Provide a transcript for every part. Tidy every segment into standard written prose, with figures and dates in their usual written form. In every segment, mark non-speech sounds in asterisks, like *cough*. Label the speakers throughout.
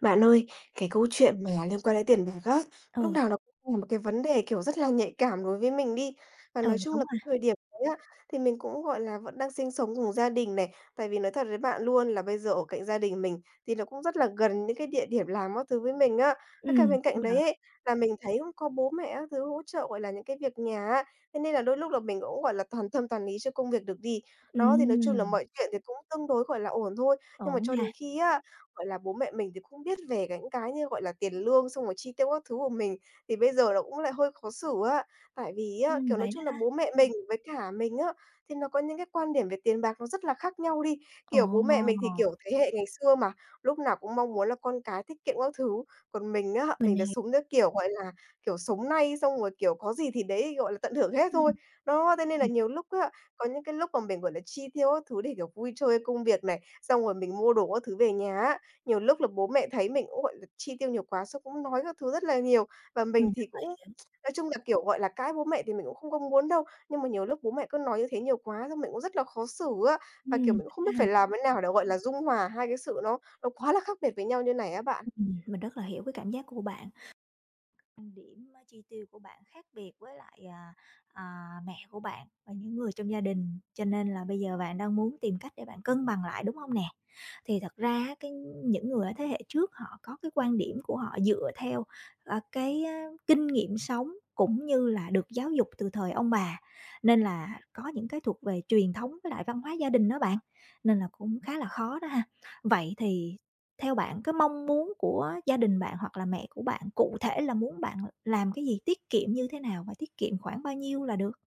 Speaker 1: Bạn ơi, cái câu chuyện mà liên quan đến tiền bạc á, lúc
Speaker 2: Ừ.
Speaker 1: nào nó cũng là một cái vấn đề, kiểu, rất là nhạy cảm đối với mình đi. Và
Speaker 2: Ừ,
Speaker 1: nói chung
Speaker 2: đúng
Speaker 1: là cái
Speaker 2: rồi.
Speaker 1: thời điểm đấy á, thì mình cũng, gọi là, vẫn đang sinh sống cùng gia đình này. Tại vì nói thật với bạn luôn là bây giờ ở cạnh gia đình mình thì nó cũng rất là gần những cái địa điểm làm các thứ với mình á. Với cả
Speaker 2: Ừm,
Speaker 1: bên
Speaker 2: cũng
Speaker 1: cạnh
Speaker 2: đỡ.
Speaker 1: đấy ấy, là mình thấy cũng có bố mẹ các thứ hỗ trợ, gọi là, những cái việc nhà á, thế nên là đôi lúc là mình cũng, gọi là, toàn tâm toàn ý cho công việc được đi. Đó, thì nói chung là
Speaker 2: Ừm,
Speaker 1: mọi chuyện thì cũng tương đối, gọi là, ổn thôi. Nhưng mà
Speaker 2: ổn
Speaker 1: cho
Speaker 2: nha.
Speaker 1: đến khi á, gọi là, bố mẹ mình thì cũng biết về cái những cái như, gọi là, tiền lương xong rồi chi tiêu các thứ của mình, thì bây giờ nó cũng lại hơi khó xử á. Tại vì á,
Speaker 2: Ừm,
Speaker 1: kiểu, nói
Speaker 2: vậy đó
Speaker 1: chung là
Speaker 2: hả?
Speaker 1: bố mẹ mình với cả mình á, thì nó có những cái quan điểm về tiền bạc nó rất là khác nhau đi.
Speaker 2: Ồ,
Speaker 1: Kiểu, bố mẹ mình thì, kiểu, thế hệ ngày xưa mà, lúc nào cũng mong muốn là con cái tiết kiệm các thứ, còn mình á,
Speaker 2: mình
Speaker 1: mình là
Speaker 2: hiểu.
Speaker 1: sống theo kiểu, gọi là, kiểu, sống nay xong rồi, kiểu, có gì thì đấy, gọi là, tận hưởng hết
Speaker 2: Ừm.
Speaker 1: thôi. Đó, thế nên là
Speaker 2: Ừm.
Speaker 1: nhiều lúc á, có những cái lúc mà mình, gọi là, chi tiêu các thứ để, kiểu, vui chơi công việc này, xong rồi mình mua đồ các thứ về nhà á, nhiều lúc là bố mẹ thấy mình cũng, gọi là, chi tiêu nhiều quá xong cũng nói các thứ rất là nhiều, và mình
Speaker 2: Ừm.
Speaker 1: thì cũng nói chung là, kiểu, gọi là, cãi bố mẹ thì mình cũng không có muốn đâu, nhưng mà nhiều lúc bố mẹ cứ nói như thế nhiều quá xong mình cũng rất là khó xử á, và, kiểu,
Speaker 2: Ừm,
Speaker 1: mình cũng
Speaker 2: vậy
Speaker 1: không
Speaker 2: đó
Speaker 1: biết
Speaker 2: ha.
Speaker 1: phải làm thế nào để, gọi là, dung hòa hai cái sự nó quá là khác biệt với nhau như này á bạn.
Speaker 2: Mình rất là hiểu cái cảm giác của bạn. Quan điểm á chi tiêu của bạn khác biệt với lại, mẹ của bạn và những người trong gia đình, cho nên là bây giờ bạn đang muốn tìm cách để bạn cân bằng lại, đúng không nè? Thì thật ra á cái những người ở thế hệ trước họ có cái quan điểm của họ dựa theo, cái, á, kinh nghiệm sống cũng như là được giáo dục từ thời ông bà, nên là có những cái thuộc về truyền thống với lại văn hóa gia đình đó bạn, nên là cũng khá là khó đó ha. Vậy thì theo bạn cái mong muốn của gia đình bạn hoặc là mẹ của bạn cụ thể là muốn bạn làm cái gì, tiết kiệm như thế nào và tiết kiệm khoảng bao nhiêu là được?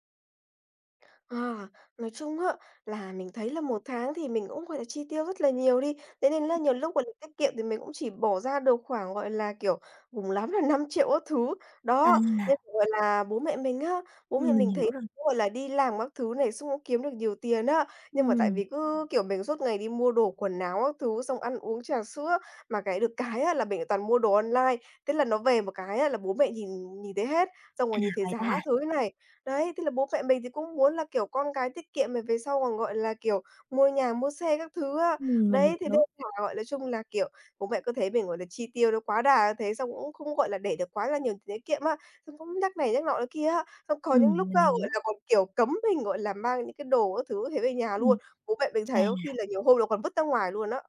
Speaker 1: À, nói chung á, là mình thấy là một tháng thì mình cũng, gọi là, chi tiêu rất là nhiều đi, thế nên là nhiều lúc, gọi là, tiết kiệm thì mình cũng chỉ bỏ ra được khoảng, gọi là, kiểu, cùng lắm là 5 triệu các thứ. Đó, nên,
Speaker 2: À.
Speaker 1: gọi là, bố mẹ mình á, bố mẹ
Speaker 2: Ừm, mình
Speaker 1: mình
Speaker 2: hiểu
Speaker 1: thấy,
Speaker 2: rồi.
Speaker 1: cũng gọi là, đi làm các thứ này, xong cũng kiếm được nhiều tiền á, nhưng mà tại
Speaker 2: Ừm.
Speaker 1: vì cứ, kiểu, mình suốt ngày đi mua đồ quần áo các thứ, xong ăn uống trà sữa, mà cái được cái á là mình toàn mua đồ online, thế là nó về một cái á là bố mẹ nhìn nhìn thấy hết, xong
Speaker 2: À,
Speaker 1: rồi nhìn thấy
Speaker 2: vậy đó
Speaker 1: giá
Speaker 2: hả?
Speaker 1: thứ này. Đấy, thế là bố mẹ mình thì cũng muốn là, kiểu, con cái tiết kiệm rồi về sau còn, gọi là, kiểu, mua nhà mua xe các thứ á.
Speaker 2: Mình
Speaker 1: Đấy, thế nên
Speaker 2: hiểu.
Speaker 1: là, gọi là, chung là, kiểu, bố mẹ cứ thấy mình, gọi là, chi tiêu nó quá đà thế, xong cũng không, gọi là, để được quá là nhiều tiền tiết kiệm á, xong cũng nhắc này nhắc nọ nữa kia á. Xong có những lúc
Speaker 2: Ừm, mình
Speaker 1: á, gọi
Speaker 2: hiểu.
Speaker 1: là, còn, kiểu, cấm mình, gọi là, mang những cái đồ các thứ thế về nhà luôn.
Speaker 2: Ừm.
Speaker 1: Bố mẹ mình
Speaker 2: Chà,
Speaker 1: thấy có khi là nhiều hôm nó còn vứt ra ngoài luôn á.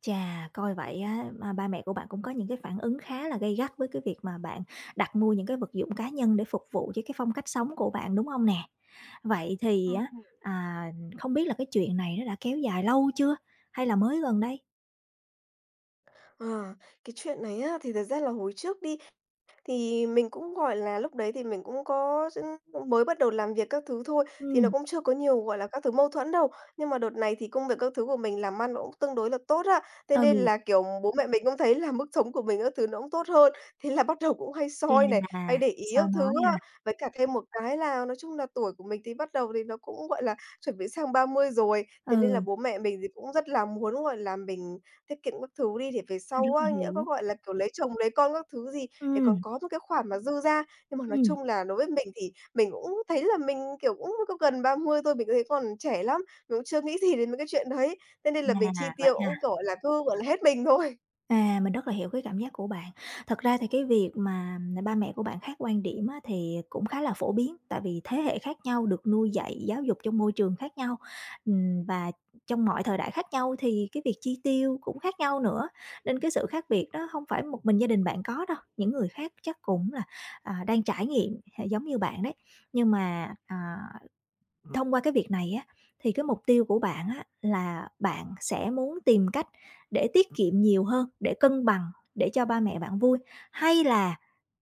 Speaker 2: chà, coi vậy á, ba mẹ của bạn cũng có những cái phản ứng khá là gay gắt với cái việc mà bạn đặt mua những cái vật dụng cá nhân để phục vụ cho cái phong cách sống của bạn, đúng không nè? Vậy thì
Speaker 1: Ờ.
Speaker 2: á, à, không biết là cái chuyện này nó đã kéo dài lâu chưa? Hay là mới gần đây?
Speaker 1: Ờ, cái chuyện này á, thì thật ra là hồi trước đi, thì mình cũng, gọi là, lúc đấy thì mình cũng có s mới bắt đầu làm việc các thứ thôi, thì nó
Speaker 2: Ừm.
Speaker 1: cũng chưa có nhiều, gọi là, các thứ mâu thuẫn đâu. Nhưng mà đợt này thì công việc các thứ của mình làm ăn nó cũng tương đối là tốt á, thế nên
Speaker 2: Ừ.
Speaker 1: là, kiểu, bố mẹ mình cũng thấy là mức sống của mình các thứ nó cũng tốt hơn, thế là bắt đầu cũng hay
Speaker 2: Chà,
Speaker 1: soi này, hay để ý
Speaker 2: soi
Speaker 1: các thứ
Speaker 2: nói
Speaker 1: á.
Speaker 2: ha.
Speaker 1: Với cả thêm một cái là nói chung là tuổi của mình thì bắt đầu thì nó cũng, gọi là, chuẩn bị sang 30 rồi, thế nên là
Speaker 2: Ừ,
Speaker 1: bố mẹ mình thì cũng rất là muốn, gọi là, mình tiết kiệm các thứ đi để về
Speaker 2: rất
Speaker 1: sau
Speaker 2: là
Speaker 1: á, nhỡ có,
Speaker 2: hiểu.
Speaker 1: gọi là, kiểu, lấy chồng lấy con các thứ gì để
Speaker 2: Ừ.
Speaker 1: còn có một cái khoản mà dư ra. Nhưng mà nói
Speaker 2: Ừ.
Speaker 1: chung là đối với mình thì mình cũng thấy là mình, kiểu, cũng có gần 30 thôi, mình thấy còn trẻ lắm, mình cũng chưa nghĩ gì đến mấy cái chuyện đấy. Thế nên là mình chi
Speaker 2: À, vậy
Speaker 1: tiêu cũng,
Speaker 2: ha.
Speaker 1: kiểu, gọi là, cứ, gọi là, hết mình thôi.
Speaker 2: À, mình rất là hiểu cái cảm giác của bạn. Thật ra thì cái việc mà ba mẹ của bạn khác quan điểm á, thì cũng khá là phổ biến, tại vì thế hệ khác nhau được nuôi dạy, giáo dục trong môi trường khác nhau, và trong mọi thời đại khác nhau thì cái việc chi tiêu cũng khác nhau nữa. Nên cái sự khác biệt đó không phải một mình gia đình bạn có đâu, những người khác chắc cũng là, đang trải nghiệm giống như bạn đấy. Nhưng mà, thông qua cái việc này á, thì cái mục tiêu của bạn á, là bạn sẽ muốn tìm cách để tiết kiệm nhiều hơn, để cân bằng, để cho ba mẹ bạn vui, hay là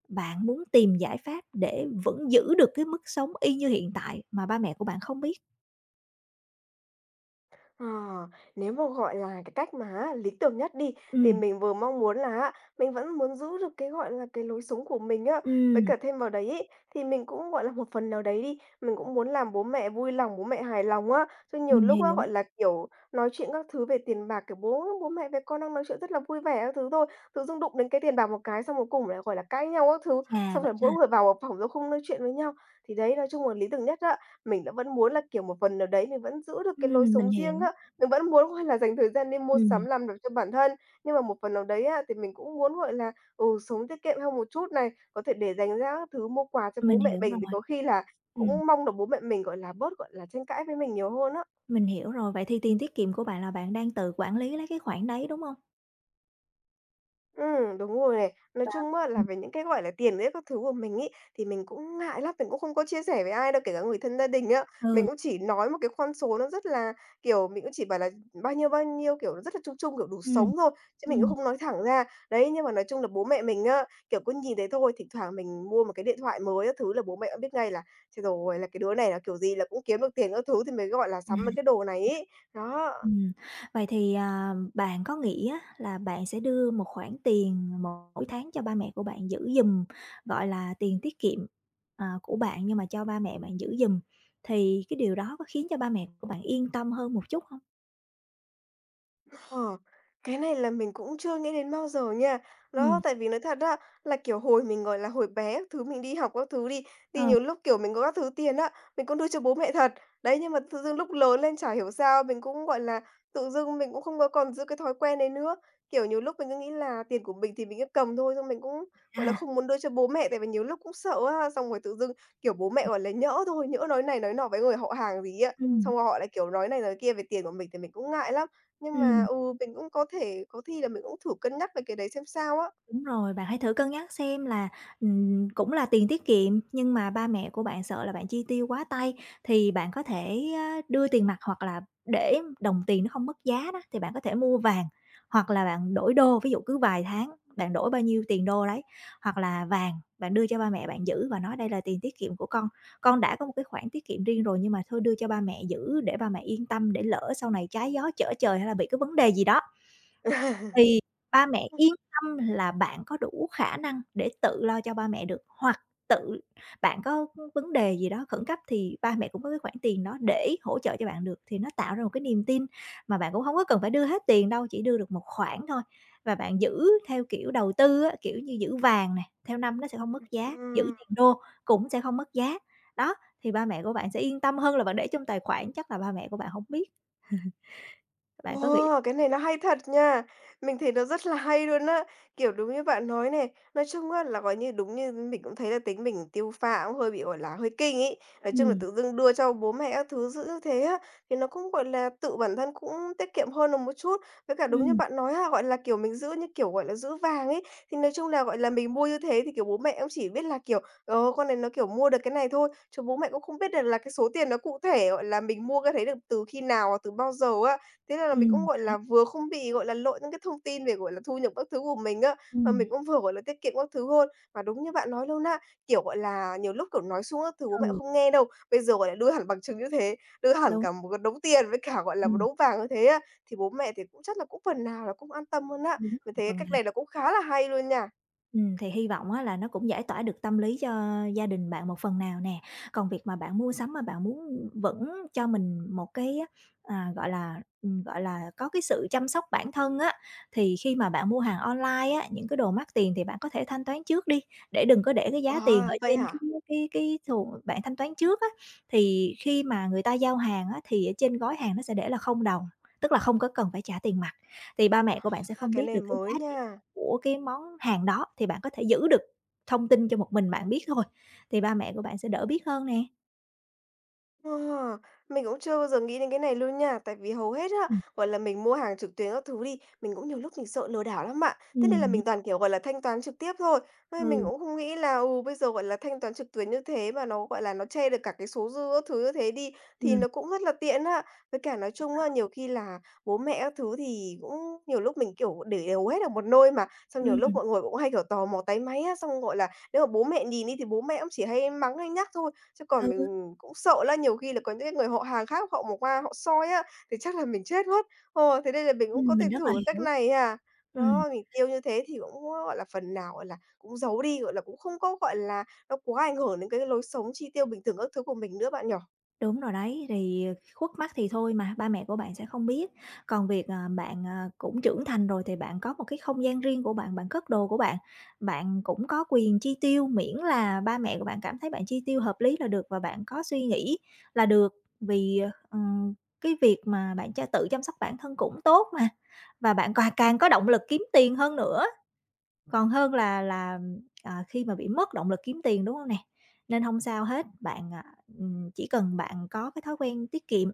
Speaker 2: bạn muốn tìm giải pháp để vẫn giữ được cái mức sống y như hiện tại mà ba mẹ của bạn không biết?
Speaker 1: Ờ, nếu mà, gọi là, cái cách mà á lý tưởng nhất đi, thì
Speaker 2: Ừm.
Speaker 1: mình vừa mong muốn là á, mình vẫn muốn giữ được cái, gọi là, cái lối sống của mình á. Với
Speaker 2: Ừm,
Speaker 1: cả thêm vào đấy ấy, thì mình cũng, gọi là, một phần nào đấy đi, mình cũng muốn làm bố mẹ vui lòng, bố mẹ hài lòng á. Chứ nhiều
Speaker 2: mình
Speaker 1: lúc á,
Speaker 2: hiểu.
Speaker 1: gọi là, kiểu, nói chuyện các thứ về tiền bạc, kiểu, bố bố mẹ với con đang nói chuyện rất là vui vẻ các thứ thôi, tự dưng đụng đến cái tiền bạc một cái xong cuối cùng lại, gọi là, cãi nhau các thứ,
Speaker 2: Chà,
Speaker 1: xong rồi
Speaker 2: vậy
Speaker 1: mỗi
Speaker 2: ha.
Speaker 1: người vào một phòng rồi không nói chuyện với nhau. Thì đấy, nói chung là lý tưởng nhất á, mình đã vẫn muốn là, kiểu, một phần nào đấy mình vẫn giữ được cái lối
Speaker 2: Mình
Speaker 1: sống riêng
Speaker 2: hiểu.
Speaker 1: á, mình vẫn muốn, gọi là, dành thời gian đi mua sắm
Speaker 2: Ừm,
Speaker 1: làm đẹp cho bản thân, nhưng mà một phần nào đấy á, thì mình cũng muốn, gọi là, ừ, sống tiết kiệm hơn một chút này, có thể để dành ra các thứ mua quà cho bố
Speaker 2: mình
Speaker 1: mẹ
Speaker 2: hiểu
Speaker 1: mình,
Speaker 2: rồi.
Speaker 1: thì có khi là
Speaker 2: Ừm,
Speaker 1: cũng mong là bố mẹ mình, gọi là, bớt, gọi là, tranh cãi với mình nhiều hơn á.
Speaker 2: mình hiểu rồi. Vậy thì tiền tiết kiệm của bạn là bạn đang tự quản lý lấy cái khoản đấy, đúng hông?
Speaker 1: Đúng rồi này. Nói chung á là
Speaker 2: Ừm.
Speaker 1: về những cái, gọi là, tiền ấy các thứ của mình ý thì mình cũng ngại lắm, mình cũng không có chia sẻ với ai đâu, kể cả người thân gia đình á. Mình
Speaker 2: Ừ.
Speaker 1: cũng chỉ nói một cái con số nó rất là kiểu, mình cũng chỉ bảo là bao nhiêu, kiểu, rất là chung chung, kiểu, đủ
Speaker 2: Ừm.
Speaker 1: sống thôi, chứ mình cũng
Speaker 2: Ừm.
Speaker 1: không nói thẳng ra. Đấy, nhưng mà nói chung là bố mẹ mình á, kiểu, cứ nhìn thấy thôi, thỉnh thoảng mình mua một cái điện thoại mới các thứ là bố mẹ cũng biết ngay là: "Chết rồi, là cái đứa này là kiểu gì là cũng kiếm được tiền các thứ thì mới, gọi là, sắm mấy
Speaker 2: Ừm.
Speaker 1: cái đồ này ý." Đó.
Speaker 2: Ừm, vậy thì, bạn có nghĩ á là bạn sẽ đưa một khoản tiền mỗi tháng cho ba mẹ của bạn giữ giùm, gọi là, tiền tiết kiệm, của bạn nhưng mà cho ba mẹ bạn giữ giùm, thì cái điều đó có khiến cho ba mẹ của bạn yên tâm hơn một chút hông?
Speaker 1: Ờ, cái này là mình cũng chưa nghĩ đến bao giờ nha.
Speaker 2: Ừm.
Speaker 1: Đó, tại vì nói thật á, là, kiểu, hồi mình, gọi là, hồi bé các thứ, mình đi học các thứ đi,
Speaker 2: Ờ.
Speaker 1: thì nhiều lúc, kiểu, mình có các thứ tiền á, mình cũng đưa cho bố mẹ thật. Đấy, nhưng mà tự dưng lúc lớn lên chả hiểu sao mình cũng, gọi là, tự dưng mình cũng không có còn giữ cái thói quen đấy nữa. Kiểu, nhiều lúc mình cứ nghĩ là tiền của mình thì mình cứ cầm thôi, xong mình cũng, gọi là,
Speaker 2: À.
Speaker 1: không muốn đưa cho bố mẹ, tại vì nhiều lúc cũng sợ á, xong rồi tự dưng, kiểu, bố mẹ, gọi là, nhỡ thôi, nhỡ nói này nói nọ với người họ hàng gì á,
Speaker 2: Ừm.
Speaker 1: xong rồi họ lại, kiểu, nói này nói kia về tiền của mình thì mình cũng ngại lắm. Nhưng mà,
Speaker 2: Ừm.
Speaker 1: ừ, mình cũng có thể có khi là mình cũng thử cân nhắc về cái đấy xem sao á.
Speaker 2: Đúng rồi, bạn hãy thử cân nhắc xem là, cũng là tiền tiết kiệm nhưng mà ba mẹ của bạn sợ là bạn chi tiêu quá tay, thì bạn có thể á đưa tiền mặt hoặc là để đồng tiền nó không mất giá đó, thì bạn có thể mua vàng, hoặc là bạn đổi đô, ví dụ cứ vài tháng bạn đổi bao nhiêu tiền đô đấy, hoặc là vàng bạn đưa cho ba mẹ bạn giữ và nói đây là tiền tiết kiệm của con. Con đã có một cái khoản tiết kiệm riêng rồi nhưng mà thôi đưa cho ba mẹ giữ để ba mẹ yên tâm để lỡ sau này trái gió chở trời hay là bị cái vấn đề gì đó
Speaker 1: *laughs*
Speaker 2: thì ba mẹ yên tâm là bạn có đủ khả năng để tự lo cho ba mẹ được, hoặc tự bạn có vấn đề gì đó khẩn cấp thì ba mẹ cũng có cái khoản tiền đó để hỗ trợ cho bạn được, thì nó tạo ra một cái niềm tin mà bạn cũng hông có cần phải đưa hết tiền đâu, chỉ đưa được một khoản thôi. Và bạn giữ theo kiểu đầu tư á, kiểu như, giữ vàng nè, theo năm nó sẽ không mất giá, giữ
Speaker 1: Ừm.
Speaker 2: tiền đô cũng sẽ không mất giá. Đó, thì ba mẹ của bạn sẽ yên tâm hơn là bạn để trong tài khoản chắc là ba mẹ của bạn hổng biết. *laughs* Bạn có nghĩ.
Speaker 1: Ồ, cái này nó hay thật nha. Mình thấy nó rất là hay luôn á. Kiểu, đúng như bạn nói này, nói chung á là, gọi như, đúng như mình cũng thấy là tính mình tiêu pha cũng hơi bị, gọi là, hơi kinh ấy. Nói chung là
Speaker 2: Ừm.
Speaker 1: tự dưng đưa cho bố mẹ các thứ giữ như thế á, thì nó cũng, gọi là, tự bản thân cũng tiết kiệm hơn được một chút. Với cả đúng như
Speaker 2: Ừm.
Speaker 1: bạn nói á, gọi là, kiểu, mình giữ như kiểu, gọi là, giữ vàng ấy, thì nói chung là, gọi là, mình mua như thế thì, kiểu, bố mẹ cũng chỉ biết là, kiểu, con này nó, kiểu, mua được cái này thôi, chứ bố mẹ cũng không biết được là cái số tiền nó cụ thể, gọi là, mình mua cái đấy được từ khi nào, từ bao giờ á. Thế nên là mình cũng,
Speaker 2: Ừm.
Speaker 1: gọi là, vừa không bị, gọi là, lội những cái thông tin về, gọi là, thu nhập các thứ của mình á, mà
Speaker 2: Ừm.
Speaker 1: mình cũng vừa, gọi là, tiết kiệm các thứ hơn. Mà đúng như bạn nói luôn á, kiểu, gọi là, nhiều lúc, kiểu, nói xuống các thứ bố mẹ
Speaker 2: Ừ.
Speaker 1: không nghe đâu, bây giờ, gọi là, đưa hẳn bằng chứng như thế, đưa hẳn
Speaker 2: Đúng.
Speaker 1: cả một cái đống tiền với cả, gọi là, một
Speaker 2: Ừm.
Speaker 1: đống vàng như thế á, thì bố mẹ thì cũng chắc là cũng phần nào là cũng an tâm hơn á.
Speaker 2: Đúng
Speaker 1: Mình
Speaker 2: rồi,
Speaker 1: thấy cái cách này là cũng khá là hay luôn nha.
Speaker 2: ừm, thì hy vọng á là nó cũng giải tỏa được tâm lý cho gia đình bạn một phần nào nè. Còn việc mà bạn mua sắm mà bạn muốn vẫn cho mình một cái, à, gọi là, gọi là, có cái sự chăm sóc bản thân á, thì khi mà bạn mua hàng online á, những cái đồ mắc tiền thì bạn có thể thanh toán trước đi, để đừng có để cái giá tiền
Speaker 1: À,
Speaker 2: ở
Speaker 1: vậy
Speaker 2: trên cái
Speaker 1: hả?
Speaker 2: cái cái thùng bạn thanh toán trước á. Thì khi mà người ta giao hàng á, thì ở trên gói hàng nó sẽ để là không đồng, tức là không có cần phải trả tiền mặt, thì ba mẹ của bạn sẽ
Speaker 1: A,
Speaker 2: không
Speaker 1: cái
Speaker 2: biết
Speaker 1: này
Speaker 2: được cái
Speaker 1: mới
Speaker 2: giá
Speaker 1: nha.
Speaker 2: của cái món hàng đó thì bạn có thể giữ được thông tin cho một mình bạn biết thôi, thì ba mẹ của bạn sẽ đỡ biết hơn nè.
Speaker 1: Ờ, mình cũng chưa bao giờ nghĩ đến cái này luôn nha, tại vì hầu hết á,
Speaker 2: Ừm.
Speaker 1: gọi là, mình mua hàng trực tuyến các thứ đi, mình cũng nhiều lúc mình sợ lừa đảo lắm bạn. Thế nên là
Speaker 2: Ừm.
Speaker 1: mình toàn, kiểu, gọi là, thanh toán trực tiếp thôi. Ê, mình
Speaker 2: Ừ.
Speaker 1: cũng không nghĩ là, ừ, bây giờ, gọi là, thanh toán trực tuyến như thế mà nó, gọi là, nó che được cả cái số dư các thứ như thế đi, thì
Speaker 2: Ừm.
Speaker 1: nó cũng rất là tiện á. Với cả nói chung á, nhiều khi là bố mẹ các thứ thì cũng nhiều lúc mình, kiểu, để đều hết ở một nơi mà, xong nhiều lúc
Speaker 2: Ừm.
Speaker 1: mọi người cũng hay, kiểu, tò mò táy máy á, xong, gọi là, nếu mà bố mẹ nhìn đi thì bố mẹ cũng chỉ hay mắng hay nhắc thôi. Chứ còn
Speaker 2: Ừ.
Speaker 1: mình cũng sợ là nhiều khi là có những cái người họ hàng khác họ mà qua họ soi á, thì chắc là mình chết mất. Ờ, thế nên là mình cũng có thể
Speaker 2: Mình rất là
Speaker 1: thử cách
Speaker 2: hiểu.
Speaker 1: này à.
Speaker 2: Ừm.
Speaker 1: Đó, mình tiêu như thế thì cũng, gọi là, phần nào, gọi là, cũng giấu đi, gọi là, cũng không có, gọi là, nó quá ảnh hưởng đến cái lối sống chi tiêu bình thường các thứ của mình nữa bạn nhỏ.
Speaker 2: Đúng rồi đấy, thì khuất mắt thì thôi mà, ba mẹ của bạn sẽ không biết. Còn việc, bạn, cũng trưởng thành rồi thì bạn có một cái không gian riêng của bạn, bạn cất đồ của bạn, bạn cũng có quyền chi tiêu, miễn là ba mẹ của bạn cảm thấy bạn chi tiêu hợp lý là được và bạn có suy nghĩ là được. Vì, ừm, cái việc mà bạn cho tự chăm sóc bản thân cũng tốt mà, và bạn càng càng có động lực kiếm tiền hơn nữa. Còn hơn là, khi mà bị mất động lực kiếm tiền, đúng không nè? Nên không sao hết, bạn, chỉ cần bạn có cái thói quen tiết kiệm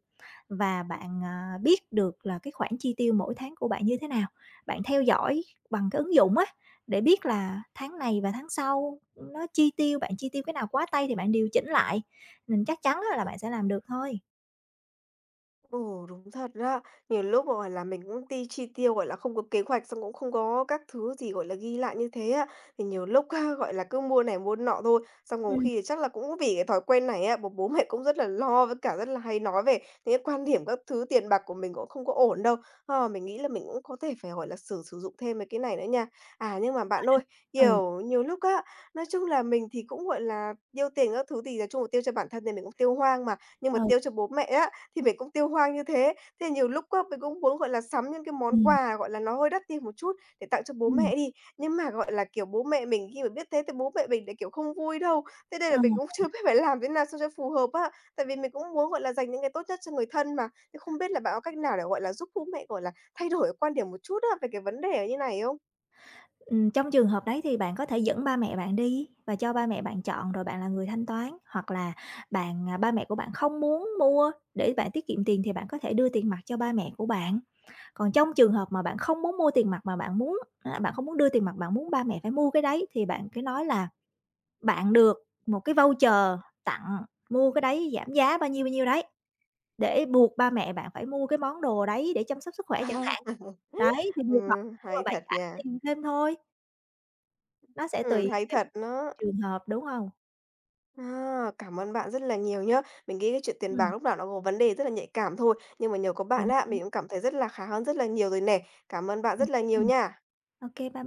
Speaker 2: và bạn, biết được là cái khoản chi tiêu mỗi tháng của bạn như thế nào, bạn theo dõi bằng cái ứng dụng á, để biết là tháng này và tháng sau nó chi tiêu bạn chi tiêu cái nào quá tay thì bạn điều chỉnh lại, mình chắc chắn á là bạn sẽ làm được thôi.
Speaker 1: Ồ, đúng thật đó. Nhiều lúc mà, gọi là, mình cũng chi tiêu, gọi là, không có kế hoạch, xong cũng không có các thứ gì, gọi là, ghi lại như thế á, thì nhiều lúc *laughs* gọi là, cứ mua này mua nọ thôi. Xong có
Speaker 2: Ừm.
Speaker 1: khi thì chắc là cũng vì cái thói quen này á, bố bố mẹ cũng rất là lo, với cả rất là hay nói về những cái quan điểm các thứ tiền bạc của mình cũng không có ổn đâu. Ờ, mình nghĩ là mình cũng có thể phải, gọi là, sử sử dụng thêm mấy cái này nữa nha. À, nhưng mà bạn ơi,
Speaker 2: Ừ.
Speaker 1: kiểu, nhiều lúc á, nói chung là mình thì cũng, gọi là, tiêu tiền các thứ thì nói chung là tiêu cho bản thân thì mình cũng tiêu hoang mà, nhưng mà
Speaker 2: Ừ.
Speaker 1: tiêu cho bố mẹ á, thì mình cũng tiêu hoang như thế. Thế nhiều lúc á, mình cũng muốn, gọi là, sắm những cái món
Speaker 2: Ừm.
Speaker 1: quà, gọi là, nó hơi đắt đi một chút để tặng cho bố
Speaker 2: Ừm.
Speaker 1: mẹ đi, nhưng mà, gọi là, kiểu, bố mẹ mình khi mà biết thế thì bố mẹ mình lại, kiểu, không vui đâu. Thế đây là
Speaker 2: Ờ.
Speaker 1: mình cũng *laughs* chưa biết phải làm thế nào sao cho phù hợp á. Tại vì mình cũng muốn, gọi là, dành những cái tốt nhất cho người thân mà. Thế không biết là bạn có cách nào để, gọi là, giúp bố mẹ, gọi là, thay đổi quan điểm một chút á về cái vấn đề như này không?
Speaker 2: Trong trường hợp đấy thì bạn có thể dẫn ba mẹ bạn đi và cho ba mẹ bạn chọn rồi bạn là người thanh toán, hoặc là bạn, à ba mẹ của bạn không muốn mua để bạn tiết kiệm tiền thì bạn có thể đưa tiền mặt cho ba mẹ của bạn. Còn trong trường hợp mà bạn không muốn mua tiền mặt mà bạn muốn bạn không muốn đưa tiền mặt, bạn muốn ba mẹ phải mua cái đấy thì bạn cứ nói là bạn được một cái voucher tặng mua cái đấy giảm giá bao nhiêu đấy, để buộc ba mẹ bạn phải mua cái món đồ đấy để chăm sóc sức khỏe chẳng hạn.
Speaker 1: *laughs* À,
Speaker 2: Đấy, thì buộc họ mua và
Speaker 1: hay
Speaker 2: bạn
Speaker 1: thật
Speaker 2: trả
Speaker 1: nha.
Speaker 2: tiền thêm thôi, nó sẽ tùy
Speaker 1: Hay thật đó.
Speaker 2: trường hợp, đúng hông?
Speaker 1: À, cảm ơn bạn rất là nhiều nhá. Mình nghĩ cái chuyện tiền bạc
Speaker 2: Ừm,
Speaker 1: lúc nào nó có vấn đề rất là nhạy cảm thôi, nhưng mà nhờ có bạn
Speaker 2: chính
Speaker 1: á,
Speaker 2: xác.
Speaker 1: mình cũng cảm thấy rất là khá hơn rất là nhiều rồi nè. Cảm ơn bạn
Speaker 2: Ô
Speaker 1: rất là
Speaker 2: kê
Speaker 1: nhiều
Speaker 2: nè.
Speaker 1: nha.
Speaker 2: Ô kê, bye bye.